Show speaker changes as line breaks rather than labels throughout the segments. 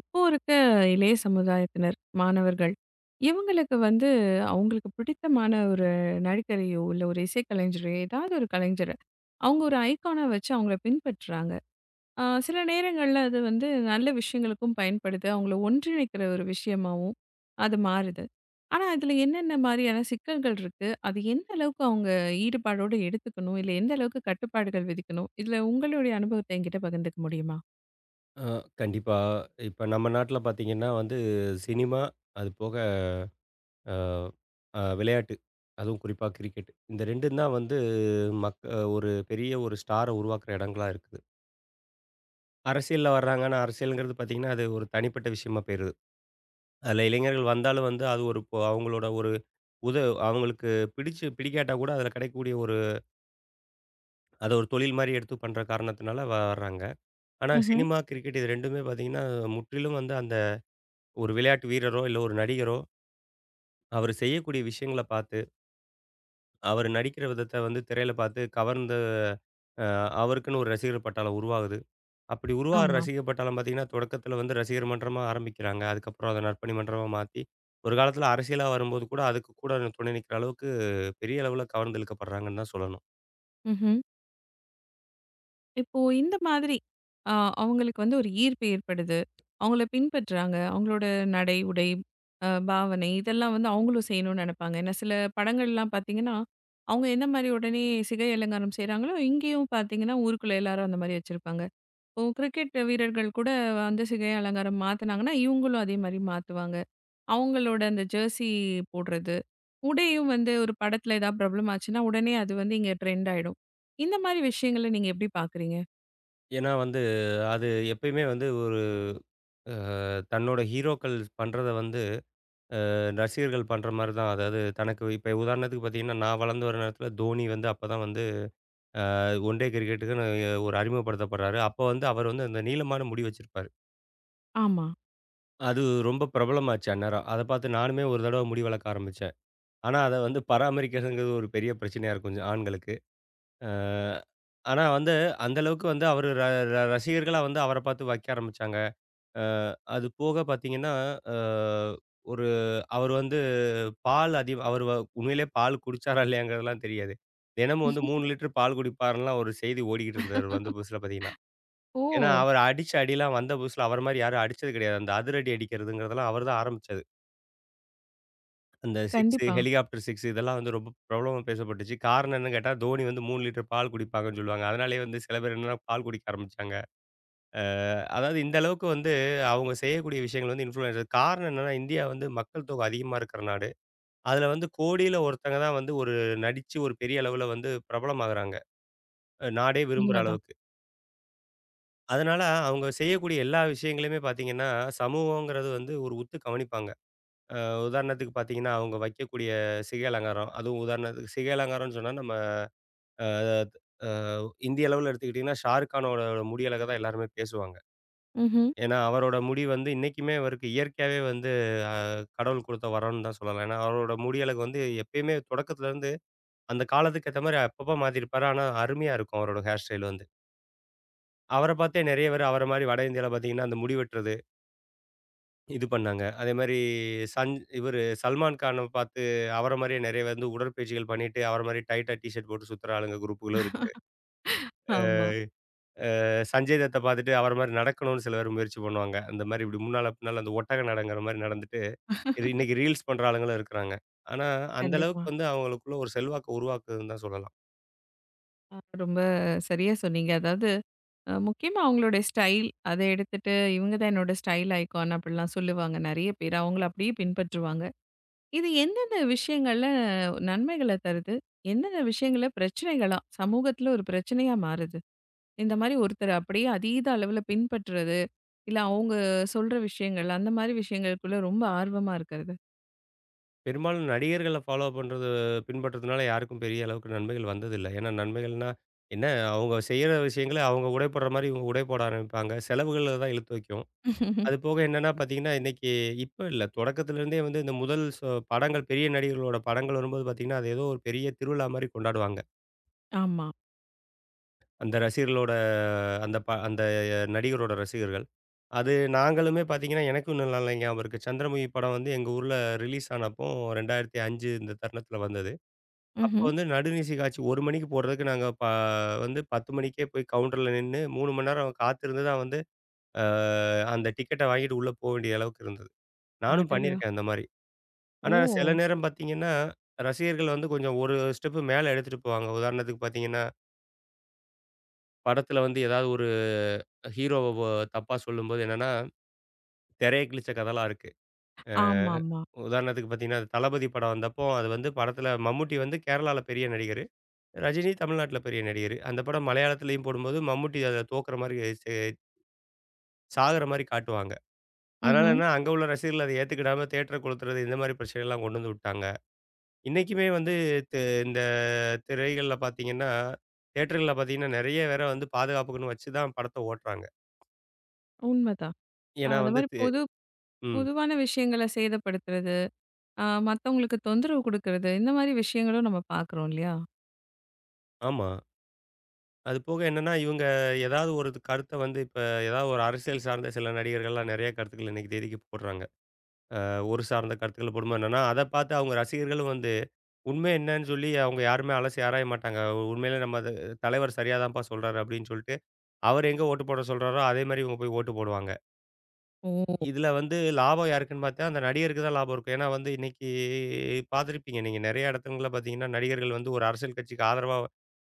இப்போ இருக்க இளைய சமுதாயத்தினர், மாணவர்கள், இவங்களுக்கு வந்து அவங்களுக்கு பிடித்தமான ஒரு நடிகரையோ, இல்ல ஒரு இசைக்கலைஞரையோ, ஏதாவது ஒரு கலைஞர, அவங்க ஒரு ஐகானா வச்சு அவங்கள பின்பற்றுறாங்க. சில நேரங்கள்ல அது வந்து நல்ல விஷயங்களுக்கும் பயன்படுது. அவங்கள ஒன்றிணைக்கிற ஒரு விஷயமாவும் அது மாறுது. ஆனா, இதுல என்னென்ன மாரியான சிக்கல்கள் இருக்கு? அது எந்த அளவுக்கு அவங்க ஈடுபாடோட எடுத்துக்கணும்? இல்ல எந்த அளவுக்கு கட்டுப்பாடுகள் விதிக்கணும்? இதுல உங்களுடைய அனுபவத்த என்கிட்ட பகிர்ந்துக்க முடியுமா?
அ கண்டிப்பா. இப்ப நம்ம நாட்ல பார்த்தீங்கன்னா வந்து சினிமா, அது போக அ அ விளையாட்டு. அதுவும் குறிப்பா கிரிக்கெட். இந்த 2ம் தான் வந்து மக் ஒரு பெரிய ஒரு ஸ்டார உருவாக்குற இடங்களா இருக்குது. அரசியல்ல வர்றாங்க. ஆனா அரசியல்ங்கிறது பார்த்தீங்கன்னா, அது ஒரு தனிப்பட்ட விஷயமா போயிருது. அதில இளைஞர்கள் வந்தாலும் வந்து அது ஒரு இப்போ அவங்களோட ஒரு உத அவங்களுக்கு பிடிச்சு பிடிக்காட்டா கூட அதில கிடைக்கக்கூடிய ஒரு அத ஒரு தொழில் மாரி எடுத்து பண்ற காரணத்தினால வர்றாங்க. ஆனா
ம்ஹ்ம்.
சினிமா, கிரிக்கெட் இது 2மே பார்த்தீங்கன்னா, முற்றிலும் வந்து அந்த ஒரு விளையாட்டு வீரரோ, இல்ல ஒரு நடிகரோ அவரு செய்யக்கூடிய விஷயங்கள பார்த்து, அவரு நடிக்கிற விதத்த வந்து திரையில பார்த்து கவர்ந்து அ அவருக்குன்னு ஒரு ரசிகர் பட்டாளம் உருவாகுது. அப்படி உருவாகுற
ஆமா.
ரசிகர் பட்டாளம் பார்த்தீங்கன்னா, தொடக்கத்தில வந்து ரசிகர் மன்றமா ஆரம்பிக்கிறாங்க. அதுக்கப்புறம் அத நற்பணி மன்றமா மாத்தி, ஒரு காலத்தில அரசியலா வரும்போது கூட அதுக்கு கூட துணை நிக்கிற அளவுக்கு பெரிய அளவுல கவர்ந்து இழுக்கப்படுறாங்கன்னு தான் சொல்லணும்.
ம்ஹ்ம். இப்போ இந்த மாதிரி அ அவங்களுக்கு வந்து ஒரு ஈர்ப்பு ஏற்படுது. அவங்கள பின்பற்றுறாங்க. அவங்களோட நடை, உடை, பாவனை இதெல்லாம் வந்து அவங்களும் செய்யணும்னு நெனைப்பாங்க. ஏன்னா சில படங்கள்லாம் பார்த்தீங்கன்னா, அவங்க என்ன மாரி உடனே சிகை அலங்காரம் செய்றாங்களோ, இங்கேயும் பார்த்தீங்கன்னா, ஊருக்குள்ள எல்லாரும் அந்த மாரி வச்சிருப்பாங்க. இப்போ கிரிக்கெட் வீரர்கள் கூட வந்து சிகை அலங்காரம் மாத்துனாங்கன்னா, இவங்களும் அதே மாரி மாத்துவாங்க. அவங்களோட அந்த ஜெர்சி போடுறது, உடையும் வந்து ஒரு படத்துல ஏதாவது ப்ராப்ளம் ஆச்சுன்னா, உடனே அது வந்து இங்க ட்ரெண்ட் ஆயிடும். இந்த மாரி விஷயங்கள நீங்க எப்படி பார்க்குறீங்க?
ஏன்னா வந்து அது எப்பயுமே வந்து ஒரு அ தன்னோட ஹீரோக்கள் பண்றத வந்து ரசிகர்கள் பண்ற மாரி தான். அதாவது தனக்கு இப்ப உதாரணத்துக்கு பார்த்தீங்கன்னா, நான் வளர்ந்து வர நேரத்தில தோனி வந்து அப்பதான் வந்து ஒன் டே கிரிக்கெட்டுக்குன்னு ஒரு அறிமுகப்படுத்தப்படுறாரு. அப்ப வந்து அவர் வந்து அந்த நீளமான முடி வச்சிருப்பாரு.
ஆமா.
அது ரொம்ப பிரபலமாச்சு அந்நேரம். அத பார்த்து நானுமே ஒரு தடவ முடி வளர்க்க ஆரம்பிச்சேன். ஆனா அத வந்து பராமரிக்கிறதுங்கிறது ஒரு பெரிய பிரச்சனையா இருக்கும் கொஞ்சம் ஆண்களுக்கு. அ ஆனா வந்து அந்த அளவுக்கு வந்து அவரு ர ர ரசிகர்களா வந்து அவர பார்த்து வைக்க ஆரம்பிச்சாங்க. அ அது போக பார்த்தீங்கன்னா, அ ஒரு அவர் வந்து பால் அதி அவரு வ உண்மையிலேயே பால் குடிச்சாரா இல்லையாங்கிறதெல்லாம் தெரியாது. தினமும் வந்து 3 லிட்டர் பால் குடிப்பாருன்லாம் ஒரு செய்தி ஓடிக்கிட்டு இருந்தது வந்து புதுசுல பார்த்தீங்கன்னா. ஏன்னா,
ஓ!
அவர அடிச்ச அடிலாம் வந்த புதுசுல அவர மாரி யாரும் அடிச்சது கிடையாது. அந்த அதிரடி அடிக்கிறதுங்கிறதெல்லாம் அவர் தான் ஆரம்பிச்சது. அந்த 6
கண்டிப்பா.
ஹெலிகாப்டர் 6 இதெல்லாம் வந்து ரொம்ப பிரபலமா பேசப்பட்டுச்சு. காரணம் என்னன்னு கேட்டா, தோனி வந்து 3 லிட்டர் பால் குடிப்பாங்கன்னு சொல்லுவாங்க. அதனாலேயே வந்து சில பேர் என்னன்னா பால் குடிக்க ஆரம்பிச்சாங்க. அ அதாவது இந்த அளவுக்கு வந்து அவங்க செய்யக்கூடிய விஷயங்கள் வந்து இன்ஃப்ளூயன்ஸ். காரணம் என்னன்னா, இந்தியா வந்து மக்கள் தொகை அதிகமா இருக்கிற நாடு. அதுல வந்து கோடியில ஒருத்தங்க தான் வந்து ஒரு நடிச்சு ஒரு பெரிய அளவுல வந்து பிரபலமாகுறாங்க. நாடே விரும்புற
உண்மதான்.
அளவுக்கு. அதனால அவங்க செய்யக்கூடிய எல்லா விஷயங்களையுமே பார்த்தீங்கன்னா, சமூகங்கிறது வந்து ஒரு உத்து கவனிப்பாங்க. அ உதாரணத்துக்கு பார்த்தீங்கன்னா, அவங்க வைக்கக்கூடிய சிகை அலங்காரம். அதுவும் உதாரணத்துக்கு சிகை அலங்காரம்னு சொன்னா நம்ம அ அ இந்திய அளவுல எடுத்துக்கிட்டிங்கன்னா, ஷாருக் கானோட முடி அழக தான் எல்லாருமே பேசுவாங்க.
ம்ஹ்ம்.
ஏன்னா, அவரோட முடி வந்து இன்னைக்குமே அவருக்கு இயற்கையாவே வந்து அ கடவுள் குடுத்த வரம்னு தான் சொல்லலாம். ஏன்னா, அவரோட முடி அழகு வந்து எப்பயுமே தொடக்கத்துலருந்து அந்த காலத்துக்கு ஏத்த மாரி அப்பப்ப மாத்திருப்பாரு. ஆனா, அருமையா இருக்கும் அவரோட ஹேர் ஸ்டைல் வந்து. அவர பார்த்தே நெறைய பேர் அவர மாரி வட இந்தியால பார்த்தீங்கன்னா, அந்த முடி வெட்டுறது இது பண்ணாங்க. அதேமாரி இவரு சல்மான் கான பார்த்து அவர மாரியே நெறைய வந்து உடற்பயிற்சிகள் பண்ணிட்டு, அவர மாரி டைட்டா டீ ஷர்ட் போட்டு சுத்துற ஆளுங்க குரூப்புகளும் இருக்கு.
ஆமா.
சஞ்சய் தத்த பார்த்துட்டு அவர மாரி நடக்கணும்னு சில பேர் முயற்சி பண்ணுவாங்க. அந்த மாரி இப்படி முன்னால, பின்னால அந்த ஒட்டக நடங்கிற மாரி நடந்துட்டு, இது இன்னைக்கு ரீல்ஸ் பண்ற ஆளுங்களும் இருக்கிறாங்க. ஆனா, அந்த அளவுக்கு
கண்டிப்பா.
வந்து அவங்களுக்குள்ள ஒரு செல்வாக்க உருவாக்குதுன்னு தான் சொல்லலாம்.
அ ரொம்ப சரியா சொன்னீங்க. அதாவது முக்கியமா அவங்களுடைய ஸ்டைல் அத எடுத்துட்டு, இவங்க தான் என்னோட ஸ்டைல் ஐகான் அப்படிலாம் சொல்லுவாங்க. நெறைய பேர் அவங்கள அப்படியே பின்பற்றுவாங்க. இது எந்தெந்த விஷயங்கள்ல நன்மைகள தருது? எந்தெந்த விஷயங்கள்ல பிரச்சனைகளா சமூகத்துல ஒரு பிரச்சனையா மாறுது? இந்த மாரி ஒருத்தர அப்படியே அதீத அளவுல பின்பற்றுறது, இல்ல அவங்க சொல்ற விஷயங்கள், அந்த மாரி விஷயங்களுக்குள்ள ரொம்ப ஆர்வமா இருக்கிறது.
பெரும்பாலும் நடிகர்கள ஃபாலோ பண்றது பின்பற்றதுனால யாருக்கும் பெரிய அளவுக்கு நன்மைகள் வந்ததில்ல. ஏன்னா நன்மைகள்னா, என்ன அவங்க செய்யற விஷயங்கள அவங்க உடை போடுற மாரி இவங்க உடை போட ஆரம்பிப்பாங்க. செலவுகள தான் இழுத்து வைக்கும். அது போக என்னன்னா பார்த்தீங்கன்னா, இன்னைக்கு இப்ப இல்ல. தொடக்கத்துலருந்தே வந்து இந்த முதல் படங்கள் பெரிய நடிகர்களோட படங்கள் வரும்போது பார்த்தீங்கன்னா, அது ஏதோ ஒரு பெரிய திருவிழா மாரி கொண்டாடுவாங்க.
ஆமா.
அந்த ரசிகர்களோட அந்த நடிகரோட ரசிகர்கள். அது நாங்களுமே பார்த்தீங்கன்னா, எனக்கும் இன்னும் நல்லா ஞாபகம் இருக்கு. சந்திரமுகி படம் வந்து எங்க ஊர்ல ரிலீஸ் ஆனப்போ 2005 இந்த தருணத்துல வந்தது. அப்போ
ம்ஹ்ம்.
வந்து நடுநிசி காட்சி 1 மணிக்கு போடுறதுக்கு நாங்க வந்து 10 மணிக்கே போய் கவுண்டர்ல நின்னு 3 மணி நேரம் காத்திருந்து தான் வந்து, அ அந்த டிக்கெட்ட வாங்கிட்டு உள்ள போ வேண்டிய அளவுக்கு இருந்தது. நானும்
அடடா!
பண்ணியிருக்கேன் அந்த மாரி. ஆனா, சில
ஓ!
நேரம் பார்த்தீங்கன்னா, ரசிகர்கள் வந்து கொஞ்சம் ஒரு ஸ்டெப்பு மேல எடுத்துட்டு போவாங்க. உதாரணத்துக்கு பார்த்தீங்கன்னா, படத்துல வந்து ஏதாவது ஒரு ஹீரோவ தப்பா சொல்லும்போது என்னன்னா, திரைய கிழிச்ச கதைலாம் இருக்கு. அ
ஆமாமா.
உதாரணத்துக்கு பார்த்தீங்கன்னா, தளபதி படம் வந்தப்போ அது வந்து படத்துல மம்முட்டி வந்து கேரளால பெரிய நடிகரு. ரஜினி தமிழ்நாட்டுல பெரிய நடிகரு. அந்த படம் மலையாளத்திலயும் போடும்போது மம்முட்டி அதில தோக்குற மாரி சே சாகுற மாரி காட்டுவாங்க. அதனால
ம்ஹ்ம்.
என்ன அங்க உள்ள ரசிகர்கள் அத ஏத்துக்கிடாம தியேட்டர கொளுத்துறது இந்த மாரி பிரச்சனைலாம் கொண்டு வந்து விட்டாங்க. இன்னைக்குமே வந்து தெ திரைகள்ல பார்த்தீங்கன்னா, தியேட்டர்கள்ல பார்த்தீங்கன்னா, நெறைய வேற வந்து பாதுகாப்புக்குன்னு வச்சு தான் படத்த ஓட்டுறாங்க.
உண்மதான்.
ஏன்னா
அந்த
வந்து
மாரி
தி
பொது
ம்.
பொதுவான விஷயங்கள சேதப்படுத்துறது, மத்தவங்களுக்கு தொந்தரவு குடுக்குறது, இந்த மாரி விஷயங்களும் நம்ம பார்க்குறோம் இல்லையா?
ஆமா. அது போக என்னன்னா, இவங்க ஏதாவது ஒரு கருத்த வந்து இப்ப ஏதாவது ஒரு அரசியல் சார்ந்த சில நடிகர்கள்லாம் நெறைய கருத்துக்கள் இன்னைக்கு தேதிக்கு போடுறாங்க. ஒரு சார்ந்த கருத்துக்கள போடும்போது என்னன்னா, அத பார்த்து அவங்க ரசிகர்களும் வந்து உண்மை என்னன்னு சொல்லி அவங்க யாருமே அலசி ஆராய மாட்டாங்க. உண்மையிலே நம்ம தலைவர் சரியா தான்ப்பா சொல்றாரு அப்படின்னு சொல்லிட்டு, அவர் எங்க ஓட்டு போட சொல்றாரோ, அதே மாரி இவங்க போய் ஓட்டு போடுவாங்க.
ஓ!
இதுல வந்து லாபம் யாருக்குன்னு பார்த்தா, அந்த நடிகருக்கு தான் லாபம் இருக்கும். ஏன்னா வந்து இன்னைக்கு பார்த்துருப்பீங்க நீங்க நெறைய இடத்துங்கள்ல பார்த்தீங்கன்னா, நடிகர்கள் வந்து ஒரு அரசியல் கட்சிக்கு ஆதரவா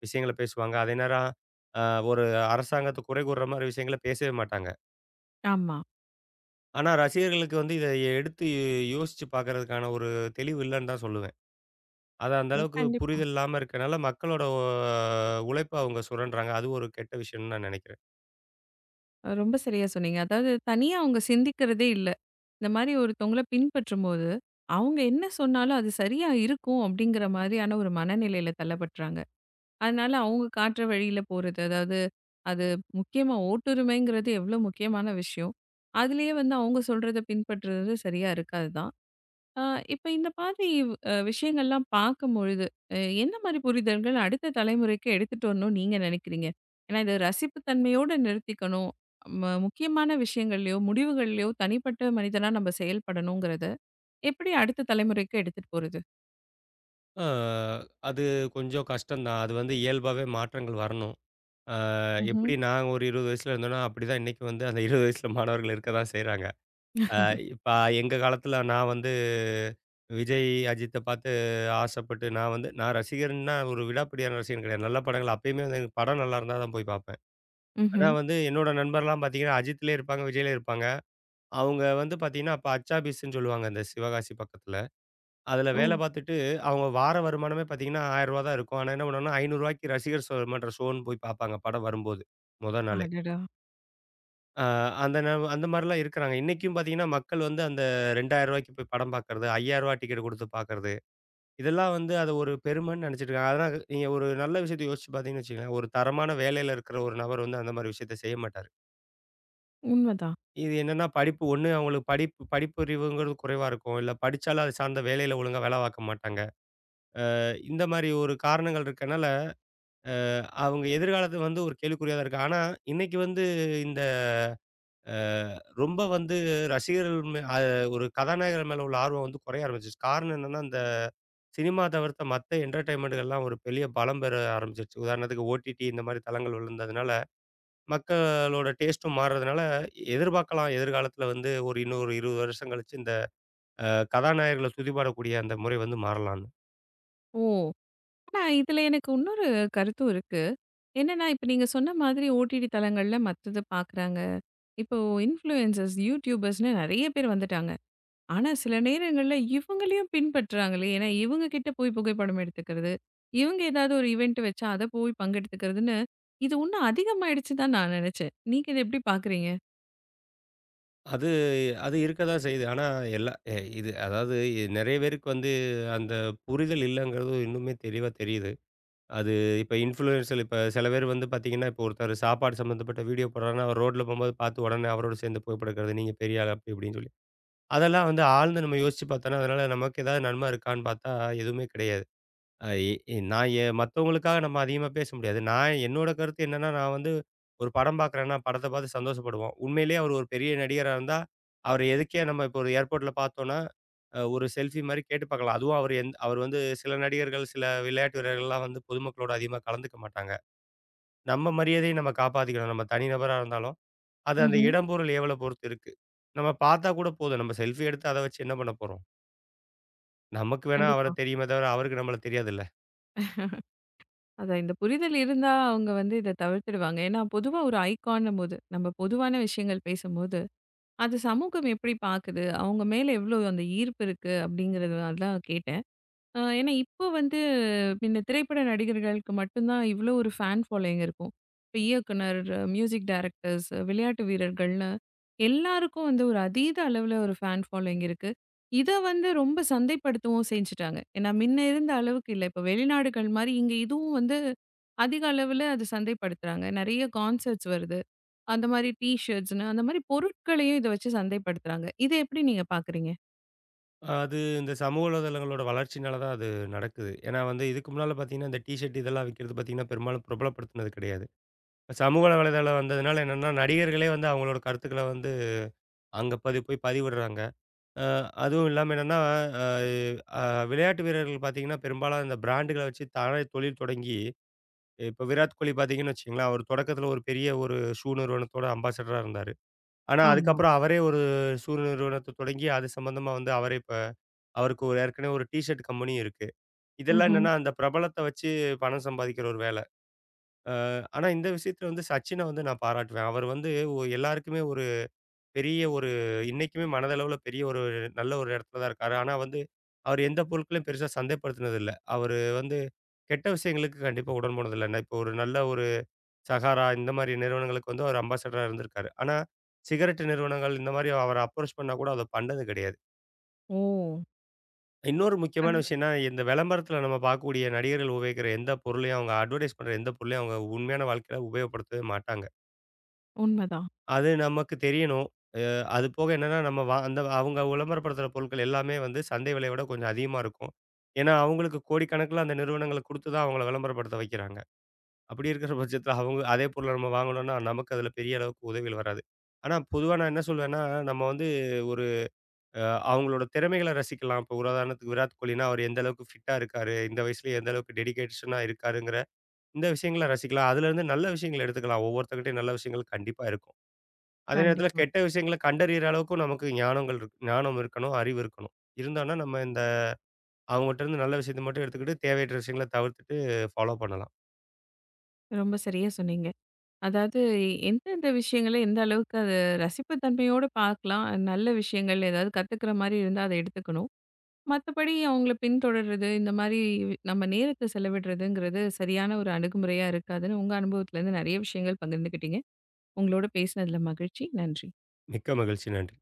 விஷயங்கள பேசுவாங்க. அதே நேரம் அ ஒரு அரசாங்கத்த குறை கூறுற மாரி விஷயங்கள பேசவே மாட்டாங்க.
ஆமா.
ஆனா ரசிகர்களுக்கு வந்து இத எடுத்து யோசிச்சு பார்க்கறதுக்கான ஒரு தெளிவு இல்லன்னு தான் சொல்லுவேன். அது அந்த அளவுக்கு
கண்டிப்பா.
புரிதல் இல்லாம இருக்கனால மக்களோட உழைப்ப அவங்க சுரண்டுறாங்க. அது ஒரு கெட்ட விஷயம்னு நான் நெனைக்கிறேன்.
ரொம்ப சரியா சொன்னீங்க. அதாவது தனியா அவங்க சிந்திக்கிறதே இல்ல. இந்த மாரி ஒருத்தவங்கள பின்பற்றும்போது, அவங்க என்ன சொன்னாலும் அது சரியா இருக்கும் அப்படிங்கிற மாரியான ஒரு மனநிலையில தள்ளப்பட்றாங்க. அதனால அவங்க காட்டுற வழியில போறது. அதாவது அது முக்கியமா ஓட்டுரிமைங்கிறது எவ்ளோ முக்கியமான விஷயம். அதுலயே வந்து அவங்க சொல்றத பின்பற்றுறது சரியா இருக்காது தான். அ இப்ப இந்த மாதிரி விஷயங்கள்லாம் பார்க்கும்பொழுது, அ என்ன மாரி புரிதல்கள் அடுத்த தலைமுறைக்கு எடுத்துட்டு வரணும்னு நீங்க நினைக்கிறீங்க? ஏன்னா இத ரசிப்புத்தன்மையோட நிறுத்திக்கணும். முக்கியமான விஷயங்கள்லயோ, முடிவுகள்லயோ தனிப்பட்ட மனிதனா நம்ம செயல்படணுங்கிறத, எப்படி அடுத்த தலைமுறைக்கு எடுத்துட்டு போறது?
அ அது கொஞ்சம் கஷ்டம் தான். அது வந்து இயல்பாவே மாற்றங்கள் வரணும். ஆ
ம்ஹ்ம்.
எப்படி நாங்க ஒரு 20 வயசுல இருந்தோம்னா, அப்படிதான் இன்னைக்கு வந்து அந்த 20 வயசுல மாணவர்கள் இருக்க தான் செய்றாங்க. அ இப்ப எங்க காலத்துல நான் வந்து விஜய், அஜித்த பார்த்து ஆசைப்பட்டு நான் வந்து நான் ரசிகர்ன்னா ஒரு விடாப்பிடியான ரசிகன் கிடையாது. நல்ல படங்கள் அப்பயுமே வந்து எனக்கு படம் நல்லா இருந்தா தான் போய் பார்ப்பேன். ஆனா
ம்ஹ்ம்.
வந்து என்னோட நண்பர்லாம் பார்த்தீங்கன்னா, அஜித்லயே இருப்பாங்க, விஜய்லயே இருப்பாங்க. அவங்க வந்து பார்த்தீங்கன்னா, அப்ப அச்சாபீஸ்ன்னு சொல்லுவாங்க இந்த சிவகாசி பக்கத்துல. அதுல
ஓ!
வேலை பார்த்துட்டு அவங்க வார வருமானமே பார்த்தீங்கன்னா ரூ. 1000 தான் இருக்கும். ஆனா என்ன பண்ணுவாங்கன்னா ரூ. 500க்கு ரசிகர் ஷோ மன்ற ஷோன்னு போய் பார்ப்பாங்க படம் வரும்போது, மொத நாள்.
அடடா!
ஆ அந்த நெலம அந்த மாரிலாம் இருக்கிறாங்க. இன்னைக்கும் பார்த்தீங்கன்னா, மக்கள் வந்து அந்த ரூ. 2000 போய் படம் பார்க்கறது, ரூ. 5000 டிக்கெட் கொடுத்து பார்க்கறது, இதெல்லாம் வந்து அத ஒரு பெருமைன்னு நெனைச்சிட்டு இருக்காங்க. அதெல்லாம் நீங்க ஒரு நல்ல விஷயத்த யோசிச்சு பார்த்தீங்கன்னு வச்சுக்கங்களேன், ஒரு தரமான வேலையில இருக்கிற ஒரு நபர் வந்து அந்த மாரி விஷயத்த செய்ய மாட்டாரு.
உண்மதான்.
இது என்னன்னா படிப்பு ஒண்ணு அவங்களுக்கு படிப்பு படிப்பறிவுங்கிறது குறைவா இருக்கும். இல்ல படிச்சாலும் அது சார்ந்த வேலையில ஒழுங்கா வேல பார்க்க மாட்டாங்க. இந்த மாரி ஒரு காரணங்கள் இருக்கனால, அ அவங்க எதிர்காலத்த வந்து ஒரு கேள்விக்குறியா தான் இருக்கு. ஆனா, இன்னைக்கு வந்து இந்த அ ரொம்ப வந்து ரசிகர்கள் மே அ ஒரு கதாநாயகர் மேல உள்ள ஆர்வம் வந்து குறைய ஆரம்பிச்சுருச்சு. காரணம் என்னன்னா, இந்த சினிமா தவிர்த்த மத்த என்டர்டெயின்மென்ட்கள்லாம் ஒரு பெரிய பலம் பெற ஆரம்பிச்சுருச்சு. உதாரணத்துக்கு ஓடிடி இந்த மாரி தளங்கள் விழுந்ததுனால, மக்களோட டேஸ்ட்டும் மாறுறதுனால, எதிர்பார்க்கலாம் எதிர்காலத்துல வந்து ஒரு இன்னொரு 20 வருஷம் கழிச்சு இந்த அ கதாநாயகர்கள துதிபாடக்கூடிய அந்த முறை வந்து மாறலாம்ன்னு.
ஓ! ஆனா, இதுல எனக்கு இன்னொரு கருத்தும் இருக்கு. என்னன்னா, இப்ப நீங்க சொன்ன மாதிரி ஓடிடி தளங்கள்ல மத்தத பார்க்குறாங்க. இப்போ இன்ஃப்ளூயன்சர்ஸ், யூடியூபர்ஸ்ன்னு நெறைய பேர் வந்துட்டாங்க. ஆனா, சில நேரங்கள்ல இவங்களையும் பின்பற்றுறாங்களே! ஏன்னா, இவங்க கிட்ட போய் புகைப்படம் எடுத்துக்கிறது, இவங்க ஏதாவது ஒரு ஈவென்ட் வச்சா அத போய் பங்கெடுத்துக்கிறதுன்னு, இது இன்னும் அதிகமாயிடுச்சு தான் நான் நெனச்சேன். நீங்க இத எப்படி பார்க்குறீங்க?
அது அது இருக்க தான் செய்யுது. ஆனா எல்லா எ இது அதாவது நெறைய பேருக்கு வந்து அந்த புரிதல் இல்லங்கிறது இன்னுமே தெளிவா தெரியுது. அது இப்ப இன்ஃப்ளூயன்சர் இப்ப சில பேர் வந்து பார்த்தீங்கன்னா, இப்ப ஒருத்தர் சாப்பாடு சம்மந்தப்பட்ட வீடியோ போடுறாருன்னா, அவர் ரோட்ல போம்போது பார்த்து உடனே அவரோட சேர்ந்து புகைப்படம் எடுக்கிறது. நீங்க பெரிய ஆள் அப்படி இப்படின்னு சொல்லி. அதெல்லாம் வந்து ஆழ்ந்து நம்ம யோசிச்சு பார்த்தோன்னா, அதனால நமக்கு ஏதாவது நன்மை இருக்கான்னு பார்த்தா எதுவுமே கிடையாது. அ இ இ நான் எ மத்தவங்களுக்காக நம்ம அதிகமா பேச முடியாது. நான் என்னோட கருத்து என்னன்னா, நான் வந்து ஒரு படம் பார்க்குறேன்னா, படத்த பார்த்து சந்தோஷப்படுவோம். உண்மையிலேயே அவர் ஒரு பெரிய நடிகரா இருந்தா, அவர எதுக்கே நம்ம இப்போ ஒரு ஏர்போர்ட்ல பார்த்தோன்னா, ஒரு செல்ஃபி மாரி கேட்டு பார்க்கலாம். அதுவும் அவர் அவர் வந்து சில நடிகர்கள், சில விளையாட்டு வீரர்கள்லாம் வந்து பொதுமக்களோட அதிகமா கலந்துக்க மாட்டாங்க. நம்ம மரியாதைய நம்ம காப்பாத்திக்கணும். நம்ம தனிநபரா இருந்தாலும், அது அந்த
ம்ஹ்ம்.
இடம், பொருள் ஏவல பொறுத்து இருக்கு. நம்ம பார்த்தா கூட போதும். நம்ம செல்ஃபி எடுத்து அத வச்சு என்ன பண்ண போறோம்? நமக்கு வேணா அவர
கண்டிப்பா.
தெரியுமே தவிர, அவருக்கு நம்மள தெரியாதுல்ல.
அதான் இந்த புரிதல் இருந்தா, அவங்க வந்து இத தவிர்த்துடுவாங்க. ஏன்னா, பொதுவா ஒரு ஐகான்னும்போது, நம்ம பொதுவான விஷயங்கள் பேசும்போது அது சமூகம் எப்படி பாக்குது? அவங்க மேல எவ்ளோ அந்த ஈர்ப்பு இருக்கு அப்படிங்கிறது அதான் கேட்டேன். ஏன்னா இப்போ வந்து முன்ன திரைப்பட நடிகர்களுக்கு மட்டும் தான் இவ்ளோ ஒரு ஃபேன் ஃபாலோயிங் இருக்கும். இப்ப இயக்குனர், மியூசிக் டைரக்டர்ஸ், விளையாட்டு வீரர்கள்னு எல்லாருக்கும் வந்து ஒரு அதீத அளவுல ஒரு ஃபேன் ஃபாலோயிங் இருக்கு. இத வந்து ரொம்ப சந்தைப்படுத்தவும் செஞ்சுட்டாங்க. ஏன்னா முன்ன இருந்த அளவுக்கு இல்ல. இப்ப வெளிநாடுகள் மாரி இங்க இதுவும் வந்து அதிக அளவுல அது சந்தைப்படுத்துறாங்க. நெறைய கான்சர்ட்ஸ் வருது. அந்த மாரி டீ ஷர்ட்ஸ்ன்னு, அந்த மாரி பொருட்களையும் இத வச்சு சந்தைப்படுத்துறாங்க. இத எப்படி நீங்க பாக்குறீங்க?
அது இந்த சமூக வலைதளங்களோட வளர்ச்சினால தான் அது நடக்குது. ஏன்னா வந்து இதுக்கு முன்னால பார்த்தீங்கன்னா, இந்த டீ ஷர்ட் இதெல்லாம் விக்கிறது பார்த்தீங்கன்னா, பெரும்பாலும் பிரபலப்படுத்தினது கிடையாது. இப்ப சமூக வலைதளம் வந்ததுனால என்னன்னா, நடிகர்களே வந்து அவங்களோட கருத்துக்கள வந்து அங்க போய் பதிவிடுறாங்க. அ அதுவும் இல்லாம என்னன்னா, அ அ விளையாட்டு வீரர்கள் பார்த்தீங்கன்னா, பெரும்பாலும் இந்த பிராண்டுகள வச்சு தானே தொழில் தொடங்கி, இப்ப விராட் கோலி பார்த்தீங்கன்னு வச்சுக்கங்களேன், அவர் தொடக்கத்தில ஒரு பெரிய ஒரு ஷூ நிறுவனத்தோட அம்பாசடரா இருந்தாரு. ஆனா
ஆமா.
அதுக்கப்புறம் அவரே ஒரு ஷூ நிறுவனத்த தொடங்கி, அது சம்மந்தமா வந்து அவரே இப்ப அவருக்கு ஒரு ஏற்கனவே ஒரு டீ ஷர்ட் கம்பெனியும் இருக்கு. இதெல்லாம்
ம்ஹ்ம்.
என்னன்னா, அந்த பிரபலத்த வச்சு பணம் சம்பாதிக்கிற ஒரு வேலை. ஆனா, இந்த விஷயத்துல வந்து சச்சின வந்து நான் பாராட்டுவேன். அவர் வந்து எல்லாருக்குமே ஒரு பெரிய ஒரு இன்னைக்குமே மனதளவுல பெரிய ஒரு நல்ல ஒரு இடத்துல தான் இருக்காரு. ஆனா வந்து, அவர் எந்த பொருட்களையும் பெருசா சந்தைப்படுத்தினதில்ல. அவரு வந்து கெட்ட விஷயங்களுக்கு கண்டிப்பா உடன் போனதில்ல. நான் இப்போ ஒரு நல்ல ஒரு சகாரா இந்த மாரி நிறுவனங்களுக்கு வந்து அவர் அம்பாசடரா இருந்திருக்காரு. ஆனா, சிகரெட் நிறுவனங்கள் இந்த மாரி அவர அப்ரோச் பண்ணா கூட அத பண்ணது கிடையாது.
ஓ!
இன்னொரு முக்கியமான
அது
விஷயம்னா, இந்த விளம்பரத்தில நம்ம பார்க்கக்கூடிய நடிகர்கள் உபயோகிக்கிற எந்த பொருளையும், அவங்க அட்வர்டைஸ் பண்ற எந்த பொருளையும் அவங்க உண்மையான வாழ்க்கையில உபயோகப்படுத்தவே மாட்டாங்க.
உண்மதான்.
அது நமக்கு தெரியணும். அ அது போக என்னன்னா, நம்ம அந்த அவங்க விளம்பரப்படுத்துற பொருட்கள் எல்லாமே வந்து சந்தை விலைய விட கொஞ்சம் அதிகமா இருக்கும். ஏன்னா, அவங்களுக்கு கோடிக்கணக்கில அந்த நிறுவனங்கள் குடுத்து தான் அவங்கள விளம்பரப்படுத்த வைக்கிறாங்க. அப்படி இருக்கிற பட்சத்தில அவங்க அதே பொருள நம்ம வாங்கணும்னா, நமக்கு அதில பெரிய அளவுக்கு உதவிகள் வராது. ஆனா, பொதுவா நான் என்ன சொல்வேன்னா, நம்ம வந்து ஒரு அ அவங்களோட திறமைகள ரசிக்கலாம். இப்போ ஒரு உதாரணத்துக்கு விராட் கோலினா, அவர் எந்த அளவுக்கு ஃபிட்டா இருக்காரு? இந்த வயசுலயே எந்த அளவுக்கு டெடிகேஷனா இருக்காருங்கிற இந்த விஷயங்கள ரசிக்கலாம். அதுலேருந்து நல்ல விஷயங்கள எடுத்துக்கலாம். ஒவ்வொருத்தர்கிட்டயும் நல்ல விஷயங்கள் கண்டிப்பா இருக்கும். அதே நேரத்தில
கண்டிப்பா.
கெட்ட விஷயங்கள கண்டறியிற அளவுக்கும் நமக்கு ஞானங்கள் இருக் ஞானம் இருக்கணும், அறிவு இருக்கணும். இருந்தான்னா நம்ம இந்த அவங்ககிட்டருந்து நல்ல விஷயத்த மட்டும் எடுத்துக்கிட்டு, தேவையற்ற விஷயங்கள தவிர்த்துட்டு ஃபாலோ பண்ணலாம்.
ரொம்ப சரியா சொன்னீங்க. அதாவது எந்தெந்த விஷயங்கள எந்த அளவுக்கு அது ரசிப்பு தன்மையோட பார்க்கலாம். நல்ல விஷயங்கள் ஏதாவது கத்துக்கிற மாரி இருந்தா அத எடுத்துக்கணும். மத்தபடி அவங்கள பின்தொடர்றது, இந்த மாரி நம்ம நேரத்த செலவிடுறதுங்கிறது சரியான ஒரு அணுகுமுறையா இருக்காதுன்னு உங்க அனுபவத்திலருந்து நெறைய விஷயங்கள் பகிர்ந்துக்கிட்டீங்க. உங்களோட பேசினதுல மகிழ்ச்சி. நன்றி.
மிக்க மகிழ்ச்சி. நன்றி.